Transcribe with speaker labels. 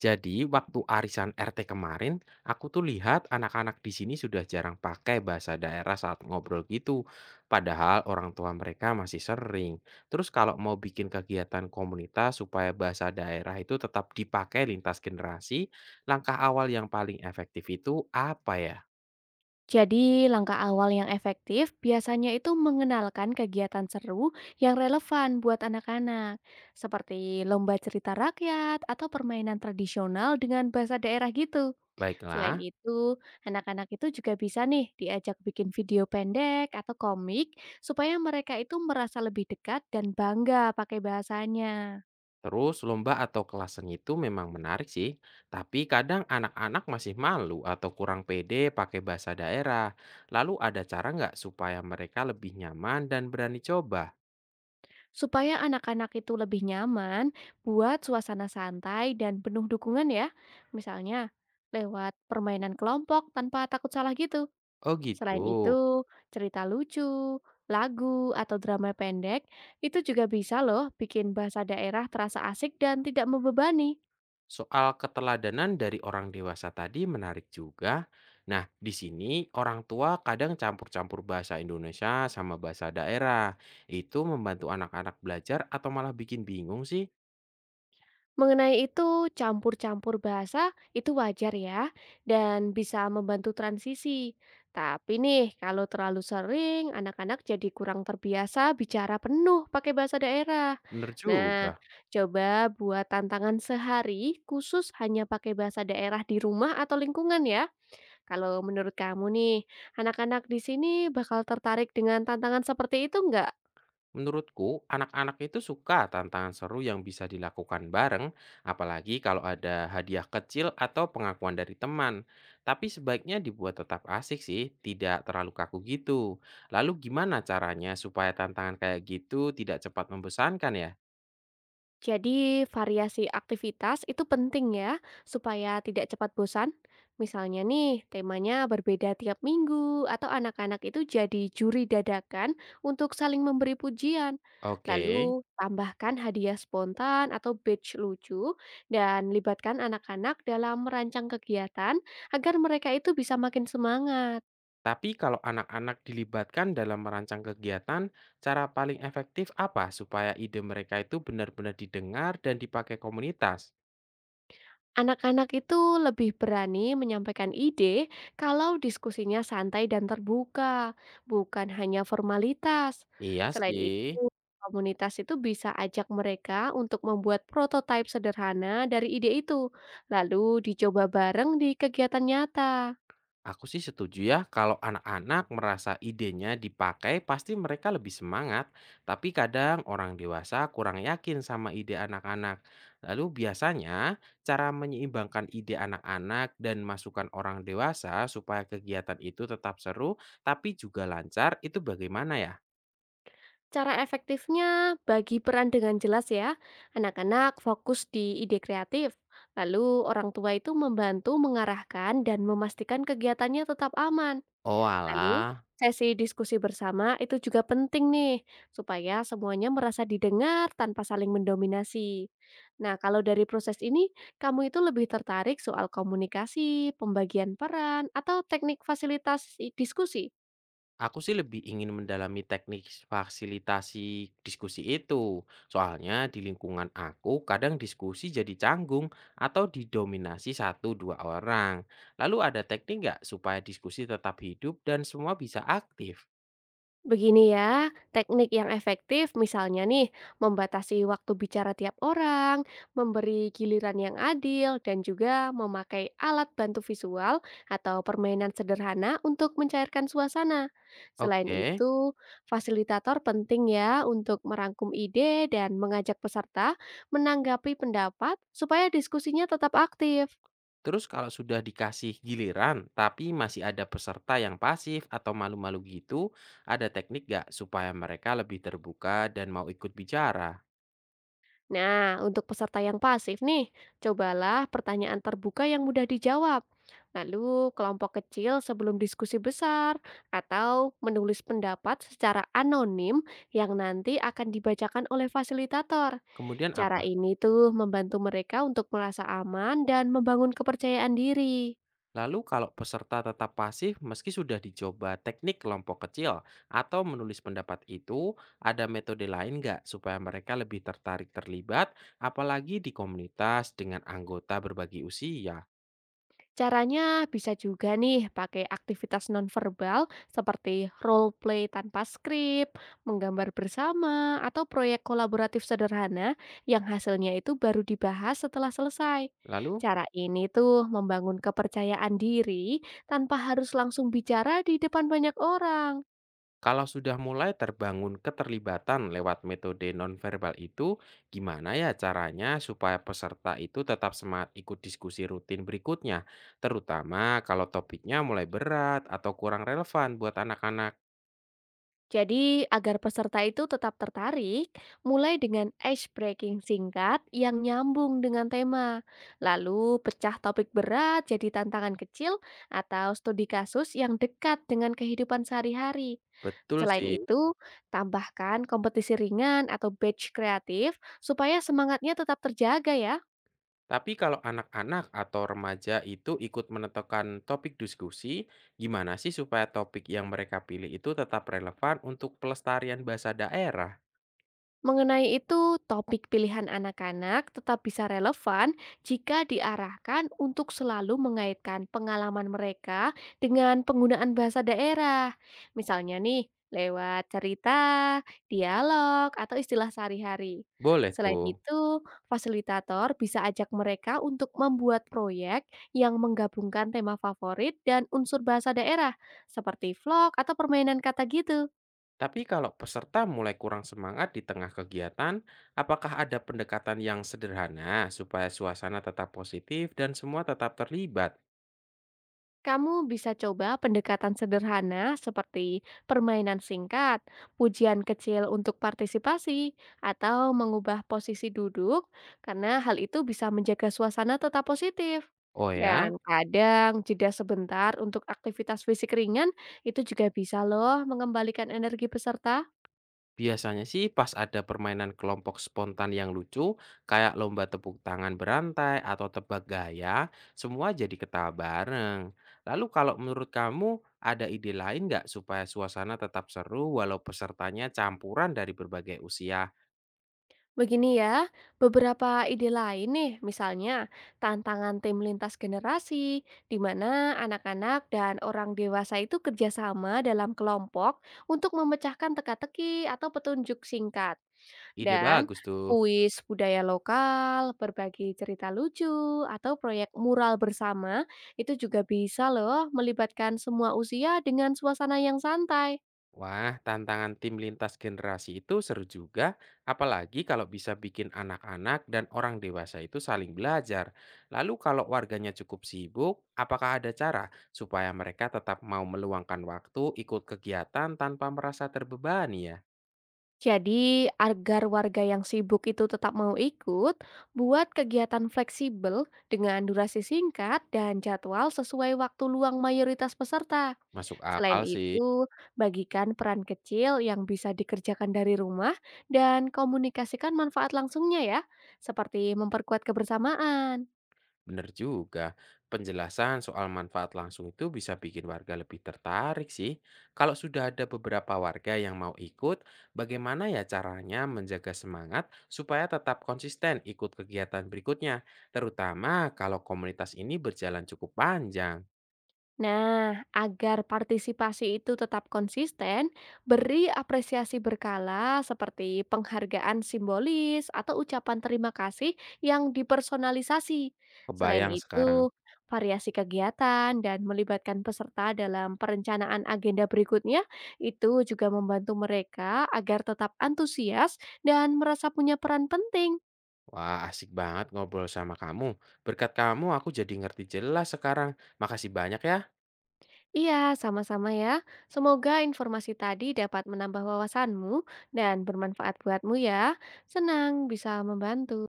Speaker 1: Jadi waktu arisan RT kemarin, aku tuh lihat anak-anak di sini sudah jarang pakai bahasa daerah saat ngobrol gitu. Padahal orang tua mereka masih sering. Terus kalau mau bikin kegiatan komunitas supaya bahasa daerah itu tetap dipakai lintas generasi, langkah awal yang paling efektif itu apa ya?
Speaker 2: Jadi, langkah awal yang efektif biasanya itu mengenalkan kegiatan seru yang relevan buat anak-anak, seperti lomba cerita rakyat atau permainan tradisional dengan bahasa daerah gitu. Selain
Speaker 1: Baiklah.
Speaker 2: itu, anak-anak itu juga bisa nih diajak bikin video pendek atau komik supaya mereka itu merasa lebih dekat dan bangga pakai bahasanya.
Speaker 1: Terus lomba atau kelas seni itu memang menarik sih, tapi kadang anak-anak masih malu atau kurang pede pakai bahasa daerah. Lalu ada cara nggak supaya mereka lebih nyaman dan berani coba?
Speaker 2: Supaya anak-anak itu lebih nyaman, buat suasana santai dan penuh dukungan ya. Misalnya, lewat permainan kelompok tanpa takut salah gitu.
Speaker 1: Oh gitu.
Speaker 2: Selain itu, cerita lucu, lagu, atau drama pendek, itu juga bisa loh bikin bahasa daerah terasa asik dan tidak membebani.
Speaker 1: Soal keteladanan dari orang dewasa tadi menarik juga. Nah, di sini orang tua kadang campur-campur bahasa Indonesia sama bahasa daerah. Itu membantu anak-anak belajar atau malah bikin bingung sih?
Speaker 2: Mengenai itu, campur-campur bahasa itu wajar ya, dan bisa membantu transisi. Tapi nih, kalau terlalu sering, anak-anak jadi kurang terbiasa bicara penuh pakai bahasa daerah.
Speaker 1: Bener
Speaker 2: Nah,
Speaker 1: juga.
Speaker 2: coba buat tantangan sehari khusus hanya pakai bahasa daerah di rumah atau lingkungan ya. Kalau menurut kamu nih, anak-anak di sini bakal tertarik dengan tantangan seperti itu nggak?
Speaker 1: Menurutku, anak-anak itu suka tantangan seru yang bisa dilakukan bareng, apalagi kalau ada hadiah kecil atau pengakuan dari teman. Tapi sebaiknya dibuat tetap asik sih, tidak terlalu kaku gitu. Lalu gimana caranya supaya tantangan kayak gitu tidak cepat membosankan ya?
Speaker 2: Jadi variasi aktivitas itu penting ya, supaya tidak cepat bosan. Misalnya nih, temanya berbeda tiap minggu, atau anak-anak itu jadi juri dadakan untuk saling memberi pujian.
Speaker 1: Oke,
Speaker 2: Lalu tambahkan hadiah spontan atau badge lucu, dan libatkan anak-anak dalam merancang kegiatan agar mereka itu bisa makin semangat.
Speaker 1: tapi kalau anak-anak dilibatkan dalam merancang kegiatan, cara paling efektif apa supaya ide mereka itu benar-benar didengar dan dipakai komunitas?
Speaker 2: Anak-anak itu lebih berani menyampaikan ide kalau diskusinya santai dan terbuka, bukan hanya formalitas.
Speaker 1: Iya
Speaker 2: Selain itu,
Speaker 1: sih.
Speaker 2: komunitas itu bisa ajak mereka untuk membuat prototipe sederhana dari ide itu, lalu dicoba bareng di kegiatan nyata.
Speaker 1: Aku sih setuju ya, kalau anak-anak merasa idenya dipakai pasti mereka lebih semangat. Tapi kadang orang dewasa kurang yakin sama ide anak-anak. Lalu biasanya cara menyeimbangkan ide anak-anak dan masukan orang dewasa supaya kegiatan itu tetap seru tapi juga lancar itu bagaimana ya?
Speaker 2: Cara efektifnya bagi peran dengan jelas ya. Anak-anak fokus di ide kreatif, lalu orang tua itu membantu mengarahkan dan memastikan kegiatannya tetap aman.
Speaker 1: Oh
Speaker 2: Lalu,
Speaker 1: alah.
Speaker 2: sesi diskusi bersama itu juga penting nih, supaya semuanya merasa didengar tanpa saling mendominasi. Nah, kalau dari proses ini, kamu itu lebih tertarik soal komunikasi, pembagian peran, atau teknik fasilitasi diskusi?
Speaker 1: Aku sih lebih ingin mendalami teknik fasilitasi diskusi itu. Soalnya di lingkungan aku kadang diskusi jadi canggung atau didominasi satu dua orang. Lalu ada teknik nggak supaya diskusi tetap hidup dan semua bisa aktif?
Speaker 2: Begini ya, teknik yang efektif misalnya nih, membatasi waktu bicara tiap orang, memberi giliran yang adil, dan juga memakai alat bantu visual atau permainan sederhana untuk mencairkan suasana. Selain
Speaker 1: Oke,
Speaker 2: itu, fasilitator penting ya untuk merangkum ide dan mengajak peserta menanggapi pendapat supaya diskusinya tetap aktif.
Speaker 1: terus kalau sudah dikasih giliran tapi masih ada peserta yang pasif atau malu-malu gitu, ada teknik nggak supaya mereka lebih terbuka dan mau ikut bicara?
Speaker 2: Nah, untuk peserta yang pasif nih, cobalah pertanyaan terbuka yang mudah dijawab. Lalu, kelompok kecil sebelum diskusi besar, atau menulis pendapat secara anonim yang nanti akan dibacakan oleh fasilitator.
Speaker 1: Kemudian
Speaker 2: Cara
Speaker 1: apa?
Speaker 2: ini tuh membantu mereka untuk merasa aman dan membangun kepercayaan diri.
Speaker 1: Lalu kalau peserta tetap pasif meski sudah dicoba teknik kelompok kecil atau menulis pendapat itu, ada metode lain nggak supaya mereka lebih tertarik terlibat, apalagi di komunitas dengan anggota berbagi usia?
Speaker 2: Caranya bisa juga nih pakai aktivitas nonverbal seperti role play tanpa skrip, menggambar bersama, atau proyek kolaboratif sederhana yang hasilnya itu baru dibahas setelah selesai.
Speaker 1: Lalu,
Speaker 2: Cara ini tuh membangun kepercayaan diri tanpa harus langsung bicara di depan banyak orang.
Speaker 1: kalau sudah mulai terbangun keterlibatan lewat metode nonverbal itu, gimana ya caranya supaya peserta itu tetap semangat ikut diskusi rutin berikutnya, terutama kalau topiknya mulai berat atau kurang relevan buat anak-anak?
Speaker 2: Jadi, agar peserta itu tetap tertarik, mulai dengan ice breaking singkat yang nyambung dengan tema. Lalu, pecah topik berat jadi tantangan kecil atau studi kasus yang dekat dengan kehidupan sehari-hari.
Speaker 1: Betul
Speaker 2: Selain
Speaker 1: sih.
Speaker 2: itu, tambahkan kompetisi ringan atau badge kreatif supaya semangatnya tetap terjaga ya.
Speaker 1: Tapi kalau anak-anak atau remaja itu ikut menentukan topik diskusi, gimana sih supaya topik yang mereka pilih itu tetap relevan untuk pelestarian bahasa daerah?
Speaker 2: Mengenai itu, topik pilihan anak-anak tetap bisa relevan jika diarahkan untuk selalu mengaitkan pengalaman mereka dengan penggunaan bahasa daerah. Misalnya nih, lewat cerita, dialog, atau istilah sehari-hari.
Speaker 1: Boleh
Speaker 2: Selain
Speaker 1: tuh.
Speaker 2: itu, fasilitator bisa ajak mereka untuk membuat proyek yang menggabungkan tema favorit dan unsur bahasa daerah, seperti vlog atau permainan kata gitu.
Speaker 1: Tapi kalau peserta mulai kurang semangat di tengah kegiatan, apakah ada pendekatan yang sederhana supaya suasana tetap positif dan semua tetap terlibat?
Speaker 2: Kamu bisa coba pendekatan sederhana seperti permainan singkat, pujian kecil untuk partisipasi, atau mengubah posisi duduk, karena hal itu bisa menjaga suasana tetap positif.
Speaker 1: Oh ya.
Speaker 2: Dan kadang jeda sebentar untuk aktivitas fisik ringan itu juga bisa loh mengembalikan energi peserta.
Speaker 1: Biasanya sih pas ada permainan kelompok spontan yang lucu, kayak lomba tepuk tangan berantai atau tebak gaya, semua jadi ketawa bareng. Lalu kalau menurut kamu, ada ide lain nggak supaya suasana tetap seru walau pesertanya campuran dari berbagai usia?
Speaker 2: Begini ya, beberapa ide lain nih, misalnya tantangan tim lintas generasi, di mana anak-anak dan orang dewasa itu kerjasama dalam kelompok untuk memecahkan teka-teki atau petunjuk singkat.
Speaker 1: Ide
Speaker 2: Dan
Speaker 1: bagus tuh.
Speaker 2: kuis budaya lokal, berbagi cerita lucu, atau proyek mural bersama, itu juga bisa loh melibatkan semua usia dengan suasana yang santai.
Speaker 1: Wah, tantangan tim lintas generasi itu seru juga, apalagi kalau bisa bikin anak-anak dan orang dewasa itu saling belajar. Lalu kalau warganya cukup sibuk, apakah ada cara supaya mereka tetap mau meluangkan waktu ikut kegiatan tanpa merasa terbebani ya?
Speaker 2: Jadi, agar warga yang sibuk itu tetap mau ikut, buat kegiatan fleksibel dengan durasi singkat dan jadwal sesuai waktu luang mayoritas peserta.
Speaker 1: Masuk
Speaker 2: Selain
Speaker 1: akal sih.
Speaker 2: itu, bagikan peran kecil yang bisa dikerjakan dari rumah dan komunikasikan manfaat langsungnya ya, seperti memperkuat kebersamaan.
Speaker 1: Bener juga. Penjelasan soal manfaat langsung itu bisa bikin warga lebih tertarik sih. Kalau sudah ada beberapa warga yang mau ikut, bagaimana ya caranya menjaga semangat supaya tetap konsisten ikut kegiatan berikutnya, terutama kalau komunitas ini berjalan cukup panjang.
Speaker 2: Nah, agar partisipasi itu tetap konsisten, beri apresiasi berkala seperti penghargaan simbolis atau ucapan terima kasih yang dipersonalisasi. Selain
Speaker 1: Kebayang sekarang.
Speaker 2: itu, variasi kegiatan dan melibatkan peserta dalam perencanaan agenda berikutnya itu juga membantu mereka agar tetap antusias dan merasa punya peran penting.
Speaker 1: Wah, asik banget ngobrol sama kamu. Berkat kamu aku jadi ngerti jelas sekarang. Makasih banyak ya.
Speaker 2: Iya, sama-sama ya. Semoga informasi tadi dapat menambah wawasanmu dan bermanfaat buatmu ya. Senang bisa membantu.